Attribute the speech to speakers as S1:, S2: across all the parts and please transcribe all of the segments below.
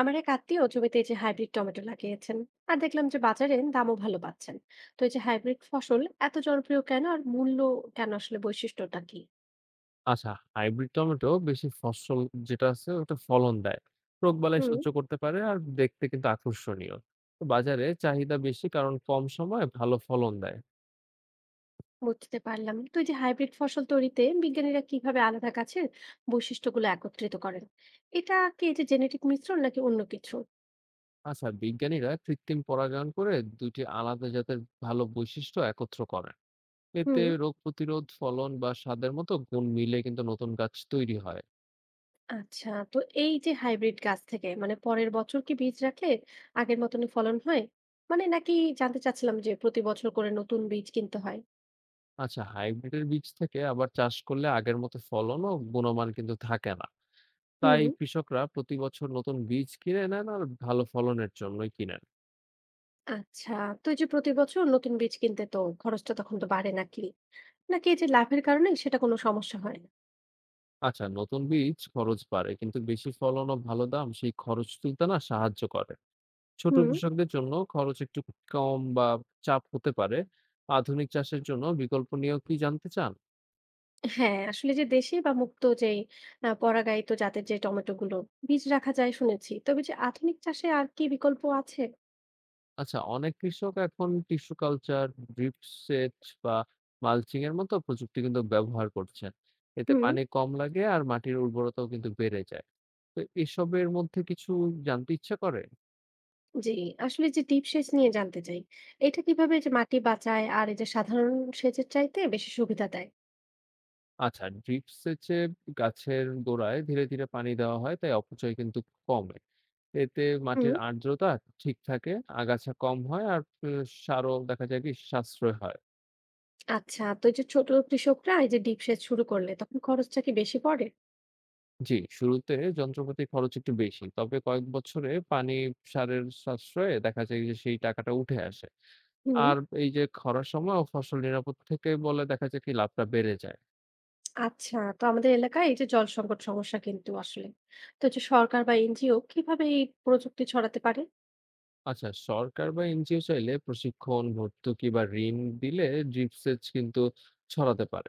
S1: আমার এক আত্মীয় জমিতে এই যে হাইব্রিড টমেটো লাগিয়েছেন, আর দেখলাম যে বাজারে দামও ভালো পাচ্ছেন। তো এই যে হাইব্রিড ফসল এত জনপ্রিয় কেন, আর মূল্য কেন, আসলে বৈশিষ্ট্যটা কি?
S2: আচ্ছা, হাইব্রিড টমেটো বেশি ফসল যেটা আছে ওটা ফলন দেয়। রোগবালাই
S1: হুম,
S2: সহ্য করতে পারে আর দেখতে কিন্তু আকর্ষণীয়। তো বাজারে চাহিদা বেশি কারণ কম সময়ে ভালো ফলন দেয়।
S1: বুঝতে পারলাম। তো এই যে হাইব্রিড ফসল তৈরিতে বিজ্ঞানীরা কিভাবে আলাদা গাছের বৈশিষ্ট্যগুলো একত্রিত করেন, এটা কি এই যে জেনেটিক মিশ্রণ নাকি অন্য কিছু?
S2: আচ্ছা, বিজ্ঞানীরা কৃত্রিম পরাগায়ন করে ২ টি আলাদা জাতের ভালো বৈশিষ্ট্য একত্র করেন। এতে
S1: হুম,
S2: রোগ প্রতিরোধ, ফলন বা স্বাদের মতো গুণ মিলে কিন্তু নতুন গাছ তৈরি হয়।
S1: আচ্ছা, তো এই যে হাইব্রিড গাছ থেকে মানে পরের বছর কি বীজ রাখলে আগের মতনই ফলন হয় মানে, নাকি? জানতে চাচ্ছিলাম যে প্রতি বছর করে নতুন বীজ কিনতে হয়?
S2: আচ্ছা, হাইব্রিডের বীজ থেকে আবার চাষ করলে আগের মতো ফলন ও গুণমান কিন্তু থাকে না। তাই
S1: হুম,
S2: কৃষকরা প্রতি বছর নতুন বীজ কিনে নেন আর ভালো ফলনের জন্যই কিনেন।
S1: আচ্ছা, তো এই যে প্রতি বছর নতুন বীজ কিনতে তো খরচটা তখন তো বাড়ে নাকি? নাকি এই যে লাভের কারণে সেটা কোনো সমস্যা হয় না?
S2: আচ্ছা, নতুন বীজ খরচ বাড়ে কিন্তু বেশি ফলন ও ভালো দাম সেই খরচ তুলতে না সাহায্য করে। ছোট
S1: হুম,
S2: কৃষকদের জন্য খরচ একটু কম বা চাপ হতে পারে। আধুনিক চাষের জন্য বিকল্প নিয়েও কি জানতে চান?
S1: হ্যাঁ, আসলে যে দেশি বা মুক্ত যেই পরাগায়িত জাতের যে টমেটো গুলো বীজ রাখা যায় শুনেছি। তবে যে আধুনিক চাষে আর কি বিকল্প আছে?
S2: আচ্ছা, অনেক কৃষক এখন টিস্যু কালচার, ড্রিপ সেচ বা মালচিং এর মতো প্রযুক্তি কিন্তু ব্যবহার করছেন। এতে
S1: হুম,
S2: পানি কম লাগে আর মাটির উর্বরতাও কিন্তু বেড়ে যায়। তো এসবের মধ্যে কিছু জানতে ইচ্ছা করে।
S1: জি, আসলে যে ডিপ সেচ নিয়ে জানতে চাই। এটা কিভাবে এই যে মাটি বাঁচায় আর এই যে সাধারণ সেচের চাইতে বেশি সুবিধা দেয়?
S2: আচ্ছা, ড্রিপ সেচে গাছের গোড়ায় ধীরে, ধীরে পানি দেওয়া হয়, তাই অপচয় কিন্তু কমে। এতে
S1: হুম,
S2: মাটির আর্দ্রতা ঠিক থাকে, আগাছা কম হয় আর সারও দেখা যায় কি সাশ্রয় হয়।
S1: আচ্ছা, তো এই যে ছোট কৃষকরা এই যে ডিপ সেচ শুরু করলে তখন খরচটা কি বেশি পড়ে?
S2: জি, শুরুতে যন্ত্রপাতির খরচ একটু বেশি। তবে কয়েক বছরে পানি, সারের সাশ্রয়ে দেখা যায় যে সেই টাকাটা উঠে আসে।
S1: হুম,
S2: আর এই যে খরার সময় ও ফসল নিরাপদ থেকে বলে দেখা যায় কি লাভটা বেড়ে যায়।
S1: আচ্ছা, তো আমাদের এলাকায় এই যে জল সংকট সমস্যা কিন্তু আসলে। তো যে সরকার বা এনজিও কিভাবে এই প্রযুক্তি ছড়াতে পারে?
S2: আচ্ছা, সরকার বা এনজিও চাইলে প্রশিক্ষণ, ভর্তুকি বা ঋণ দিলে ড্রিপ সেচ কিন্তু ছড়াতে পারে।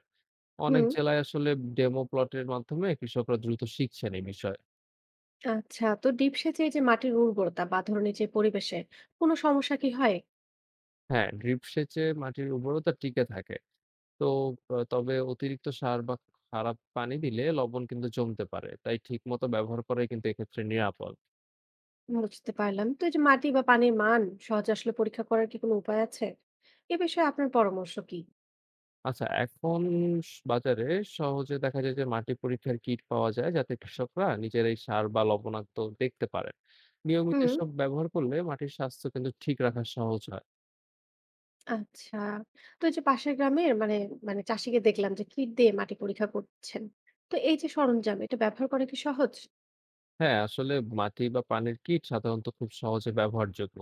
S2: অনেক
S1: হুম,
S2: জেলায় আসলে ডেমো প্লটের মাধ্যমে কৃষকরা দ্রুত শিখছেন এই বিষয়ে।
S1: আচ্ছা, তো ডিপ সেচে এই যে মাটির উর্বরতা বা ধরুন এই যে পরিবেশে কোনো সমস্যা কি হয়?
S2: হ্যাঁ, ড্রিপ সেচে মাটির উর্বরতা টিকে থাকে। তো তবে অতিরিক্ত সার বা খারাপ পানি দিলে লবণ কিন্তু জমতে পারে। তাই ঠিকমতো ব্যবহার করাই কিন্তু এক্ষেত্রে নিরাপদ।
S1: বুঝতে পারলাম। তো এই যে মাটি বা পানির মান সহজে আসলে পরীক্ষা করার কি কোনো উপায় আছে? এ বিষয়ে আপনার পরামর্শ কি?
S2: আচ্ছা, এখন বাজারে সহজে দেখা যায় যে মাটি পরীক্ষার কিট পাওয়া যায় যাতে কৃষকরা নিজেরাই সার বা লবণাক্ত দেখতে পারেন। নিয়মিত
S1: হুম,
S2: এসব ব্যবহার করলে মাটির স্বাস্থ্য কিন্তু ঠিক রাখা সহজ হয়।
S1: আচ্ছা, তো এই যে পাশের গ্রামের মানে মানে চাষিকে দেখলাম যে কিট দিয়ে মাটি পরীক্ষা করছেন। তো এই যে সরঞ্জাম এটা ব্যবহার করা কি সহজ?
S2: হ্যাঁ, আসলে মাটি বা পানির কিট সাধারণত খুব সহজে ব্যবহারযোগ্য।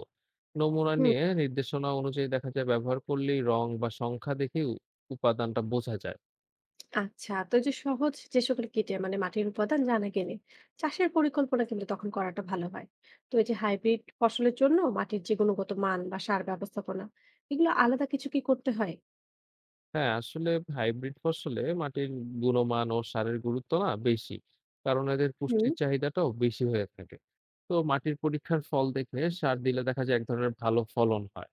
S2: নমুনা
S1: হুম,
S2: নিয়ে নির্দেশনা অনুযায়ী দেখা যায় ব্যবহার করলেই রং বা সংখ্যা দেখেই উপাদানটা বোঝা যায়।
S1: আচ্ছা, তো এই যে সহজ যে সকল কিটে মানে মাটির উপাদান জানা গেলে চাষের পরিকল্পনা কিন্তু তখন করাটা ভালো হয়। তো এই যে হাইব্রিড ফসলের জন্য মাটির যে গুণগত মান বা সার ব্যবস্থাপনা, এগুলো আলাদা কিছু কি করতে হয়?
S2: হ্যাঁ, আসলে হাইব্রিড ফসলে মাটির গুণমান ও সারের গুরুত্ব না বেশি। কারণ এদের
S1: হুম,
S2: পুষ্টির চাহিদাটাও বেশি হয়ে থাকে। তো মাটির পরীক্ষার ফল দেখে সার দিলে দেখা যায় এক ধরনের ভালো ফলন হয়।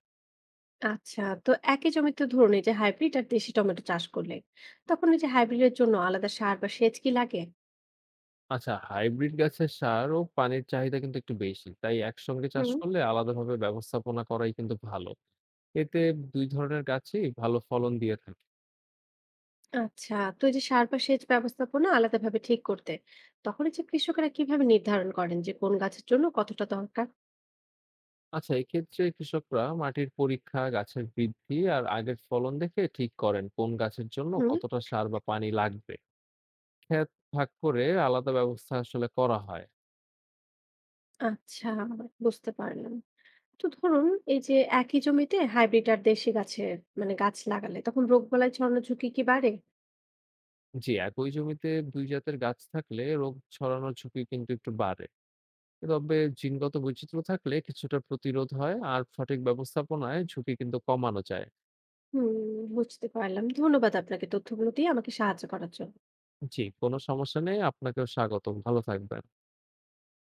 S1: আচ্ছা, তো একই জমিতে ধরুন এই যে হাইব্রিড আর দেশি টমেটো চাষ করলে তখন এই যে হাইব্রিডের জন্য আলাদা সার বা সেচ কি লাগে?
S2: আচ্ছা, হাইব্রিড গাছের সার ও পানির চাহিদা কিন্তু একটু বেশি। তাই একসঙ্গে চাষ
S1: হুম,
S2: করলে আলাদাভাবে ব্যবস্থাপনা করাই কিন্তু ভালো। এতে ২ ধরনের গাছই ভালো ফলন দিয়ে থাকে।
S1: আচ্ছা, তো এই যে সার বা সেচ ব্যবস্থাপনা আলাদাভাবে ঠিক করতে তখন এই যে কৃষকেরা কিভাবে নির্ধারণ করেন যে কোন গাছের জন্য কতটা দরকার?
S2: আচ্ছা, এক্ষেত্রে কৃষকরা মাটির পরীক্ষা, গাছের বৃদ্ধি আর আগের ফলন দেখে ঠিক করেন কোন গাছের জন্য
S1: হুম,
S2: কতটা সার বা পানি লাগবে। ক্ষেত ভাগ করে আলাদা ব্যবস্থা আসলে করা হয়।
S1: আচ্ছা, বুঝতে পারলাম। তো ধরুন এই যে একই জমিতে হাইব্রিড আর দেশি গাছে মানে গাছ লাগালে তখন রোগবালাই ছড়ানোর ঝুঁকি কি বাড়ে?
S2: জি, একই জমিতে ২ জাতের গাছ থাকলে রোগ ছড়ানোর ঝুঁকি কিন্তু একটু বাড়ে। তবে জিনগত বৈচিত্র্য থাকলে কিছুটা প্রতিরোধ হয় আর সঠিক ব্যবস্থাপনায় ঝুঁকি কিন্তু কমানো যায়।
S1: হুম, বুঝতে পারলাম। ধন্যবাদ আপনাকে তথ্যগুলো দিয়ে আমাকে সাহায্য করার জন্য।
S2: জি, কোনো সমস্যা নেই। আপনাকেও স্বাগতম। ভালো থাকবেন।